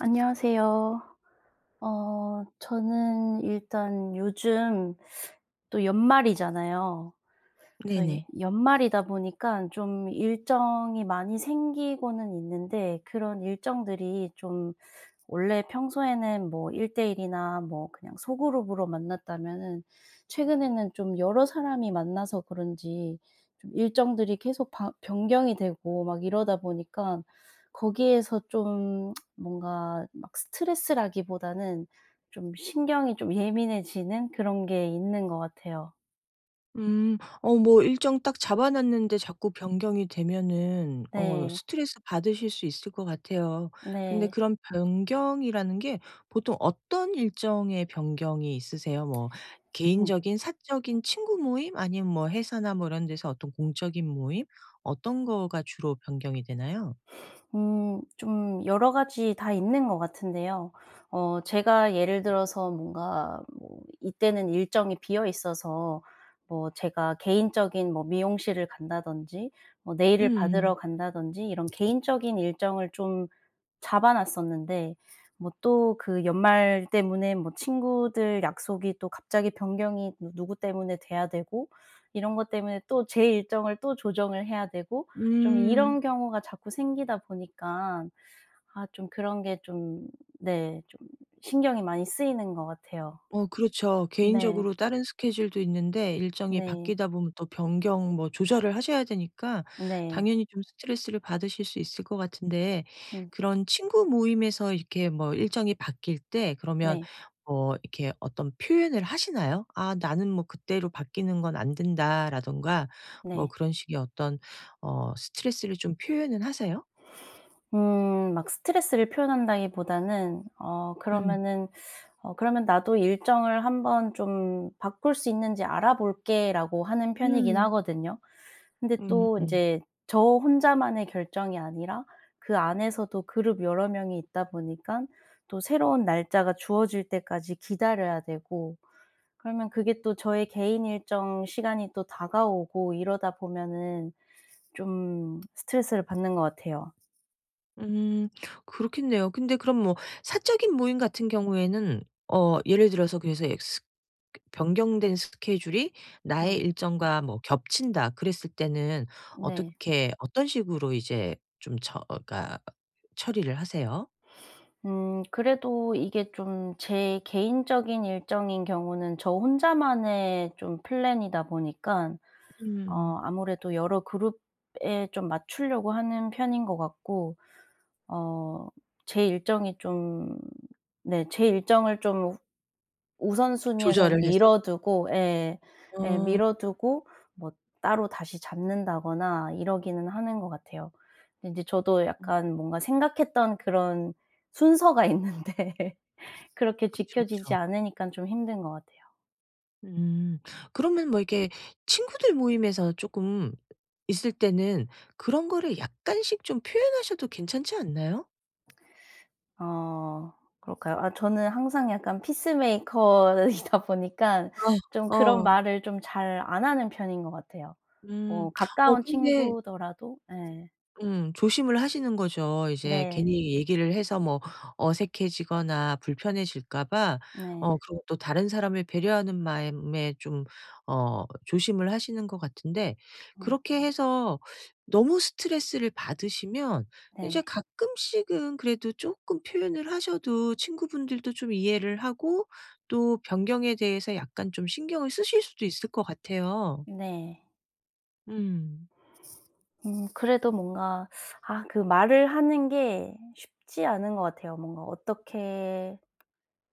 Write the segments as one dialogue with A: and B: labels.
A: 안녕하세요. 저는 일단 요즘 또 연말이잖아요. 그래서 이
B: 네네.
A: 연말이다 보니까 좀 일정이 많이 생기고는 있는데 그런 일정들이 좀 원래 평소에는 뭐 1대1 이나 뭐 그냥 소그룹으로 만났다면은 최근에는 좀 여러 사람이 만나서 그런지 좀 일정들이 계속 바 변경이 되고 막 이러다 보니까 거기에서 좀 뭔가 막 스트레스라기보다는 좀 신경이 좀 예민해지는 그런 게 있는 것 같아요.
B: 음. 뭐 일정 딱 잡아 놨는데 자꾸 변경이 되면은
A: 네.
B: 스트레스 받으실 수 있을 것 같아요. 근데
A: 네.
B: 그런 변경이라는 게 보통 어떤 일정의 변경이 있으세요? 뭐
A: 음.
B: 개인적인 사적인 친구 모임 아니면 뭐 회사나 뭐 이런 데서 어떤 공적인 모임 어떤 거가 주로 변경이 되나요?
A: 좀 여러 가지 다 있는 것 같은데요. 제가 예를 들어서 뭔가 뭐 이때는 일정이 비어 있어서 뭐 제가 개인적인 뭐 미용실을 간다든지 뭐 네일을 받으러
B: 음.
A: 간다든지 이런 개인적인 일정을 좀 잡아 놨었는데 뭐 또 그 연말 때문에 뭐 친구들 약속이 또 갑자기 변경이 누 누구 때문에 돼야 되고 이런 것 때문에 또 제 일정을 또 조정을 해야 되고 좀
B: 음.
A: 이런 경우가 자꾸 생기다 보니까 아 좀 그런 게 좀 네 좀 신경이 많이 쓰이는 것 같아요.
B: 그렇죠.
A: 네.
B: 개인적으로 다른 스케줄도 있는데 일정이
A: 네.
B: 바뀌다 보면 또 변경 뭐 조절을 하셔야 되니까
A: 네.
B: 당연히 좀 스트레스를 받으실 수 있을 것 같은데
A: 음
B: 그런 친구 모임에서 이렇게 뭐 일정이 바뀔 때 그러면
A: 네.
B: 뭐 이렇게 어떤 표현을 하시나요? "아 나는 뭐 그때로 바뀌는 건 안 된다."라든가 뭐
A: 네.
B: 그런 식의 어떤 스트레스를 좀 표현은 하세요?
A: 막 스트레스를 표현한다기보다는 어
B: 음.
A: 그러면은 어 "그러면 나도 일정을 한번 좀 바꿀 수 있는지 알아볼게."라고 하는 편이긴
B: 음.
A: 하거든요. 근데 또
B: 음음.
A: 인제 저 혼자만의 결정이 아니라 그 안에서도 그룹 여러 명이 있다 보니깐 또 새로운 날짜가 주어질 때까지 기다려야 되고 그러면 그게 또 저의 개인 일정 시간이 또 다가오고 이러다 보면은 좀 스트레스를 받는 것 같아요.
B: 음 그렇겠네요. 근데 그럼 뭐 사적인 모임 같은 경우에는 예를 들어서 그래서 엑스 그 변경된 스케줄이 나의
A: 음
B: 일정과 뭐 겹친다 그랬을 때는
A: 네.
B: 어떻게 어떤 식으로 이제 좀 처 가 처리를 하세요?
A: 그래도 이게 좀 제 개인적인 일정인 경우는 저 혼자만의 좀 플랜이다 보니까 어
B: 음.
A: 아무래도 여러 그룹에 좀 맞추려고 하는 편인 것 같고 어 제 일정이 좀 네 제 일정을 좀 우선순위에서
B: 조절을 해서?
A: 미뤄 두고 예. 예 미뤄
B: 어
A: 두고 뭐 따로 다시 잡는다거나 이러기는 하는 것 같아요. 근데 인제 저도
B: 음
A: 약간 뭔가 생각했던 그런 순서가 있는데 그렇게
B: 그쵸,
A: 지켜지지
B: 그쵸.
A: 않으니깐 좀 힘든 것 같아요.
B: 음. 그러면 뭐 이렇게 친구들 모임에서 조금 있을 때는 그런 거를 약간씩 좀 표현하셔도 괜찮지 않나요?
A: 어 그럴까요? 아 저는 항상 약간 피스메이커이다 보니까 좀
B: 어.
A: 그런
B: 어.
A: 말을 좀 잘 안 하는 편인 것 같아요.
B: 음.
A: 뭐 가까운
B: 근데
A: 친구더라도 예.
B: 조심을 하시는 거죠. 이제
A: 네.
B: 괜히 얘기를 해서 뭐 어색해지거나 불편해질까 봐
A: 네.
B: 그리고 또 다른 사람을 배려하는 마음에 좀 조심을 하시는 것 같은데
A: 음
B: 그렇게 해서 너무 스트레스를 받으시면 이제
A: 네.
B: 가끔씩은 그래도 쪼끔 표현을 하셔도 친구분들도 좀 이해를 하고 또 변경에 대해서 약간 좀 신경을 쓰실 수도 있을 것 같아요.
A: 네.
B: 음.
A: 그래도 뭔가 아 그 말을 하는 게 쉽지 않은 것 같아요. 뭔가 어떻게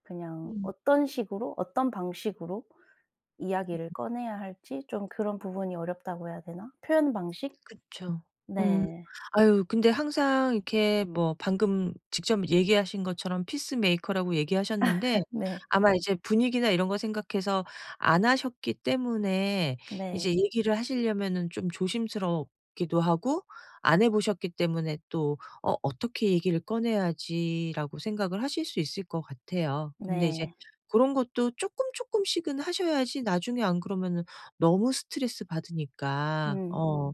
A: 그냥
B: 음.
A: 어떤 식으로 어떤 방식으로 이야기를 꺼내야 할지 좀 그런 부분이 어렵다고 해야 되나? 표현 방식?
B: 그쵸. 음.
A: 네.
B: 아유 근데 항상 이렇게 뭐 방금 직접 얘기하신 것처럼 피스메이커라고 얘기하셨는데
A: 네.
B: 아마 이제 분위기나 이런 거 생각해서 안 하셨기 때문에
A: 네.
B: 이제 얘기를 하시려면은 좀 조심스럽기도 하고 안 해 보셨기 때문에 또 '어 어떻게 얘기를 꺼내야지.'라고 생각을 하실 수 있을 것 같아요. 근데 이제
A: 네.
B: 고런 것도 쪼끔 쪼끔씩은 하셔야지 나중에 안 그러면은 너무 스트레스 받으니까
A: 음.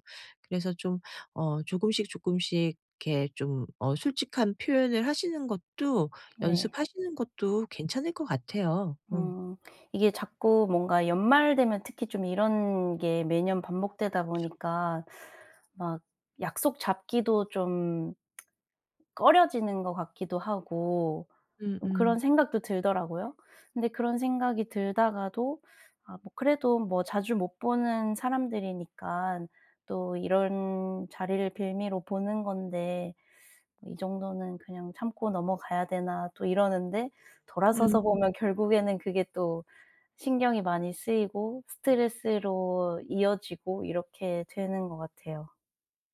B: 그래서 좀 조금씩 조금씩 이렇게 좀 솔직한 표현을 하시는 것도
A: 네.
B: 연습하시는 것도 괜찮을 것 같아요. 음.
A: 음. 이게 자꾸 뭔가 연말 되면 특히 좀 이런 게 매년 반복되다
B: 그
A: 보니까 막 약속 잡기도 좀 꺼려지는 것 같기도 하고 좀 그런
B: 음음.
A: 생각도 들더라고요. 근데 그런 생각이 들다가도 아 뭐 그래도 뭐 자주 못 보는 사람들이니까 또 이런 자리를 빌미로 보는 건데 '이 정도는 그냥 참고 넘어가야 되나.' 또 이러는데 돌아서서
B: 음
A: 보면 결국에는 그게 또 신경이 많이 쓰이고 스트레스로 이어지고 이렇게 되는 것 같아요.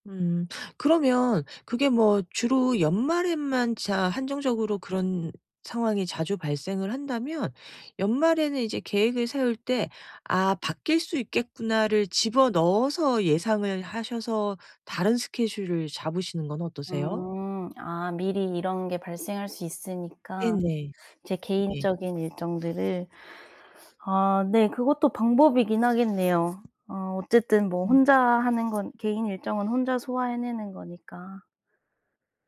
B: 음. 그러면 그게 뭐 주로 연말에만 자 한정적으로 그런 상황이 자주 발생을 한다면 연말에는 이제 계획을 세울 때 '아 바뀔 수 있겠구나.'를 집어넣어서 예상을 하셔서 다른 스케줄을 잡으시는 건 어떠세요?
A: 음. 아 미리 이런 게 발생할 수 있으니까
B: 네네.
A: 제
B: 네.
A: 개인적인 일정들을 아 네 그것도 방법이긴 하겠네요. 어 어쨌든 뭐 혼자 하는 건 개인 일정은 혼자 소화해내는 거니까.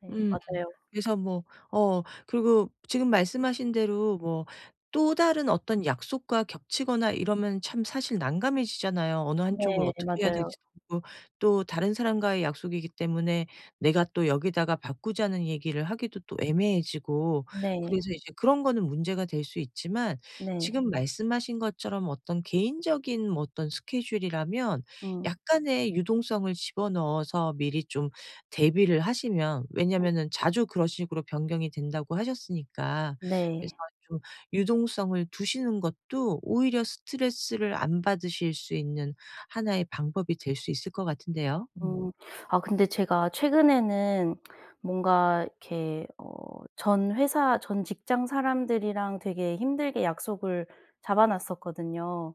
A: 네
B: 음.
A: 맞아요.
B: 그래서 뭐 그리고 지금 말씀하신 대로 뭐 또 다른 어떤 약속과 겹치거나 이러면 참 사실 난감해지잖아요. 어느 한쪽을
A: 네
B: 어떻게 해야
A: 맞아요.
B: 될지도 모르고 또 다른 사람과의 약속이기 때문에 내가 또 여기다가 바꾸자는 얘기를 하기도 또 애매해지고
A: 네.
B: 그래서 이제 그런 거는 문제가 될 수 있지만
A: 네.
B: 지금 말씀하신 것처럼 어떤 개인적인 뭐 어떤 스케줄이라면
A: 음.
B: 약간의 유동성을 집어넣어서 미리 좀 대비를 하시면 왜냐면은 자주 그런 식으로 변경이 된다고 하셨으니까 그래서
A: 네.
B: 좀 유동성을 두시는 것도 오히려 스트레스를 안 받으실 수 있는 하나의 방법이 될 수 있을 것 같은데요. 음.
A: 음. 아 근데 제가 최근에는 뭔가 이렇게 전 회사 전 직장 사람들이랑 되게 힘들게 약속을 잡아 놨었거든요.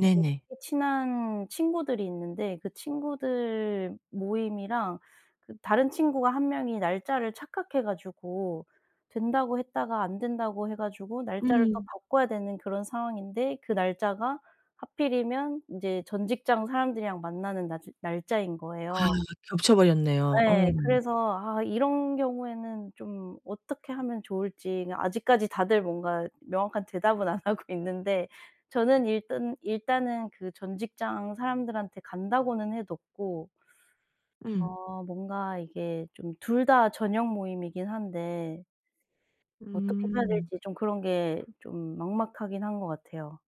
A: 근데 되게 친한 친구들이 있는데 그 친구들 모임이랑 그 다른 친구가 한 명이 날짜를 착각해 가지고 된다고 했다가 안 된다고 해 가지고 날짜를 또
B: 음.
A: 바꿔야 되는 그런 상황인데 그 날짜가 하필이면 이제 전 직장 사람들이랑 만나는 날 날짜인
B: 아
A: 거예요.
B: 겹쳐 버렸네요. 어.
A: 예. 그래서 아 이런 경우에는 좀 어떻게 하면 좋을지 아직까지 다들 뭔가 명확한 대답은 안 하고 있는데 저는 일단은 그 전 직장 사람들한테 간다고는 해 뒀고
B: 음.
A: 어 뭔가 이게 좀 둘 다 저녁 모임이긴 한데 어떻게 해야
B: 음.
A: 될지 좀 그런 게 좀 막막하긴 한 것 같아요.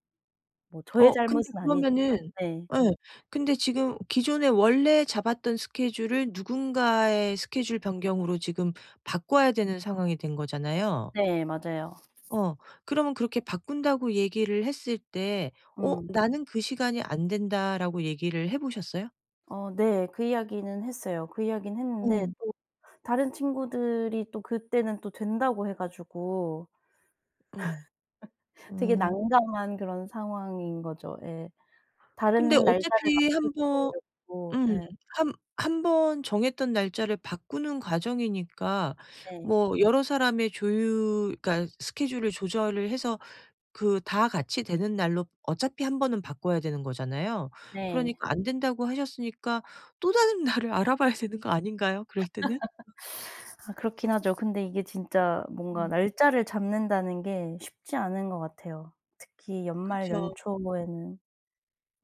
A: 뭐 저의
B: 근데
A: 잘못은 아니지만
B: 그러면은
A: 네.
B: 예. 근데 지금 기존에 원래 잡았던 스케줄을 누군가의 스케줄 변경으로 지금 바꿔야 되는 상황이 된 거잖아요.
A: 네 맞아요.
B: 어. 그러면 그렇게 바꾼다고 얘기를 했을 때 "어
A: 음.
B: 나는 그 시간이 안 된다."라고 얘기를 해 보셨어요?
A: 어 네. 그 이야기는 했어요. 그 이야기는 했는데
B: 어.
A: 또 다른 친구들이 또 그때는 또 된다고 해 가지고
B: 응.
A: 되게
B: 어.
A: 난감한 그런 상황인 거죠. 예.
B: 근데
A: 다른 날짜를
B: 어차피 한
A: 맞추기도
B: 번
A: 어렵고
B: 음.
A: 예.
B: 한 한 번 정했던 날짜를 바꾸는 과정이니까
A: 네.
B: 뭐 여러 사람의 조율 그러니까 스케줄을 조절을 해서 그 다 같이 되는 날로 어차피 한 번은 바꿔야 되는 거잖아요.
A: 네.
B: 그러니까 안 된다고 하셨으니까 또 다른 날을 알아봐야 되는 거 아닌가요? 그럴 때는?
A: 아 그렇긴 하죠. 근데 이게 진짜 뭔가
B: 음.
A: 날짜를 잡는다는 게 쉽지 않은 것 같아요. 특히 연말
B: 그쵸.
A: 연초에는.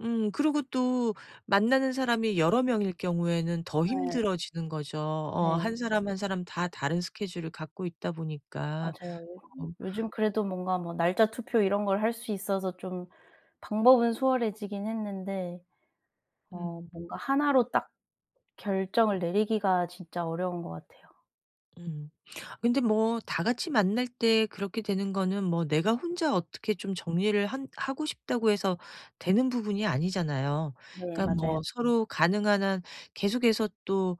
B: 그리고 또 만나는 사람이 여러 명일 경우에는 더
A: 예.
B: 힘들어지는 거죠.
A: 네.
B: 한 사람, 한 사람 다 다른 스케줄을 갖고 있다 보니까.
A: 맞아요.
B: 어
A: 요즘 그래도 뭔가 뭐 날짜 투표 이런 걸 할 수 있어서 좀 방법은 수월해지긴 했는데
B: 음.
A: 어 뭔가 하나로 딱 결정을 내리기가 진짜 어려운 것 같아요.
B: 음. 근데 뭐 다 같이 만날 때 그렇게 되는 거는 뭐 내가 혼자 어떻게 좀 정리를 한 하고 싶다고 해서 되는 부분이 아니잖아요.
A: 네
B: 그러니까 뭐
A: 맞아요.
B: 서로 가능한 한 계속해서 또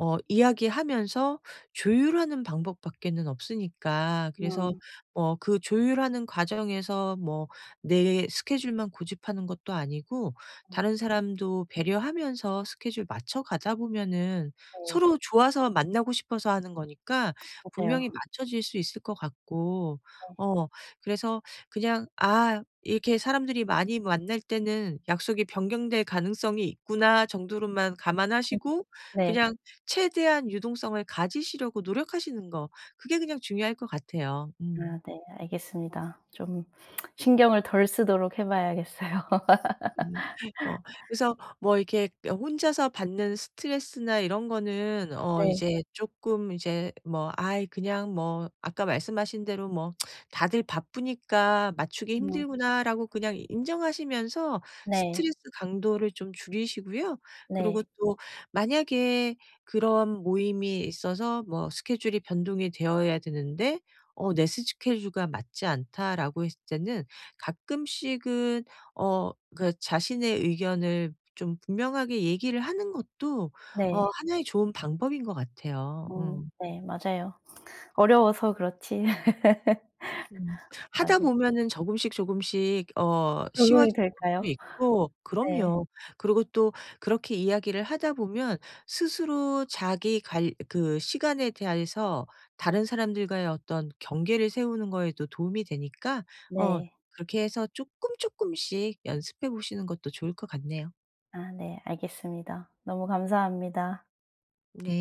B: 이야기하면서 조율하는 방법밖에는 없으니까. 그래서 뭐 그 조율하는 과정에서 뭐 내 스케줄만 고집하는 것도 아니고
A: 음 음
B: 다른 사람도 배려하면서 스케줄 맞춰 가다 보면은
A: 네.
B: 서로 좋아서 만나고 싶어서 하는 거니까 분명히
A: 맞아요.
B: 맞춰질 수 있을 것 같고 어 그래서 그냥 '아 이렇게 사람들이 많이 만날 때는 약속이 변경될 가능성이 있구나.' 정도로만 감안하시고
A: 네.
B: 그냥 최대한 유동성을 가지시려고 노력하시는 거 그게 그냥 중요할 것 같아요.
A: 아
B: 음.
A: 네. 알겠습니다. 좀 신경을 덜 쓰도록 해 봐야겠어요.
B: 음. 어 그래서 뭐 이렇게 혼자서 받는 스트레스나 이런 거는
A: 네.
B: 이제 쪼끔 이제 뭐 '아이 그냥 뭐 아까 말씀하신 대로 뭐 다들 바쁘니까 맞추기
A: 음.
B: 힘들구나.'라고 그냥 인정하시면서
A: 네.
B: 스트레스 강도를 좀 줄이시고요. 그리고
A: 네.
B: 또 만약에 그런 모임이 있어서 뭐 스케줄이 변동이 되어야 되는데 '내 스케줄과 맞지 않다.'라고 했을 때는 가끔씩은 그 자신의 의견을 좀 분명하게 얘기를 하는 것도
A: 네.
B: 하나의 좋은 방법인 것 같아요. 음.
A: 네. 맞아요. 어려워서 그렇지.
B: 음. 하다
A: 맞아요.
B: 보면은 조금씩 조금씩
A: 적응이
B: 쉬워지는 것도
A: 될까요?
B: 있고
A: 네.
B: 그럼요. 그리고 또 그렇게 이야기를 하다 보면 스스로 자기 관 그 시간에 대해서 다른 사람들과의 어떤 경계를 세우는 거에도 도움이 되니까 어
A: 네.
B: 그렇게 해서 조금 조금씩 연습해 보시는 것도 좋을 것 같네요.
A: 아 네 알겠습니다. 너무 감사합니다.
B: 네.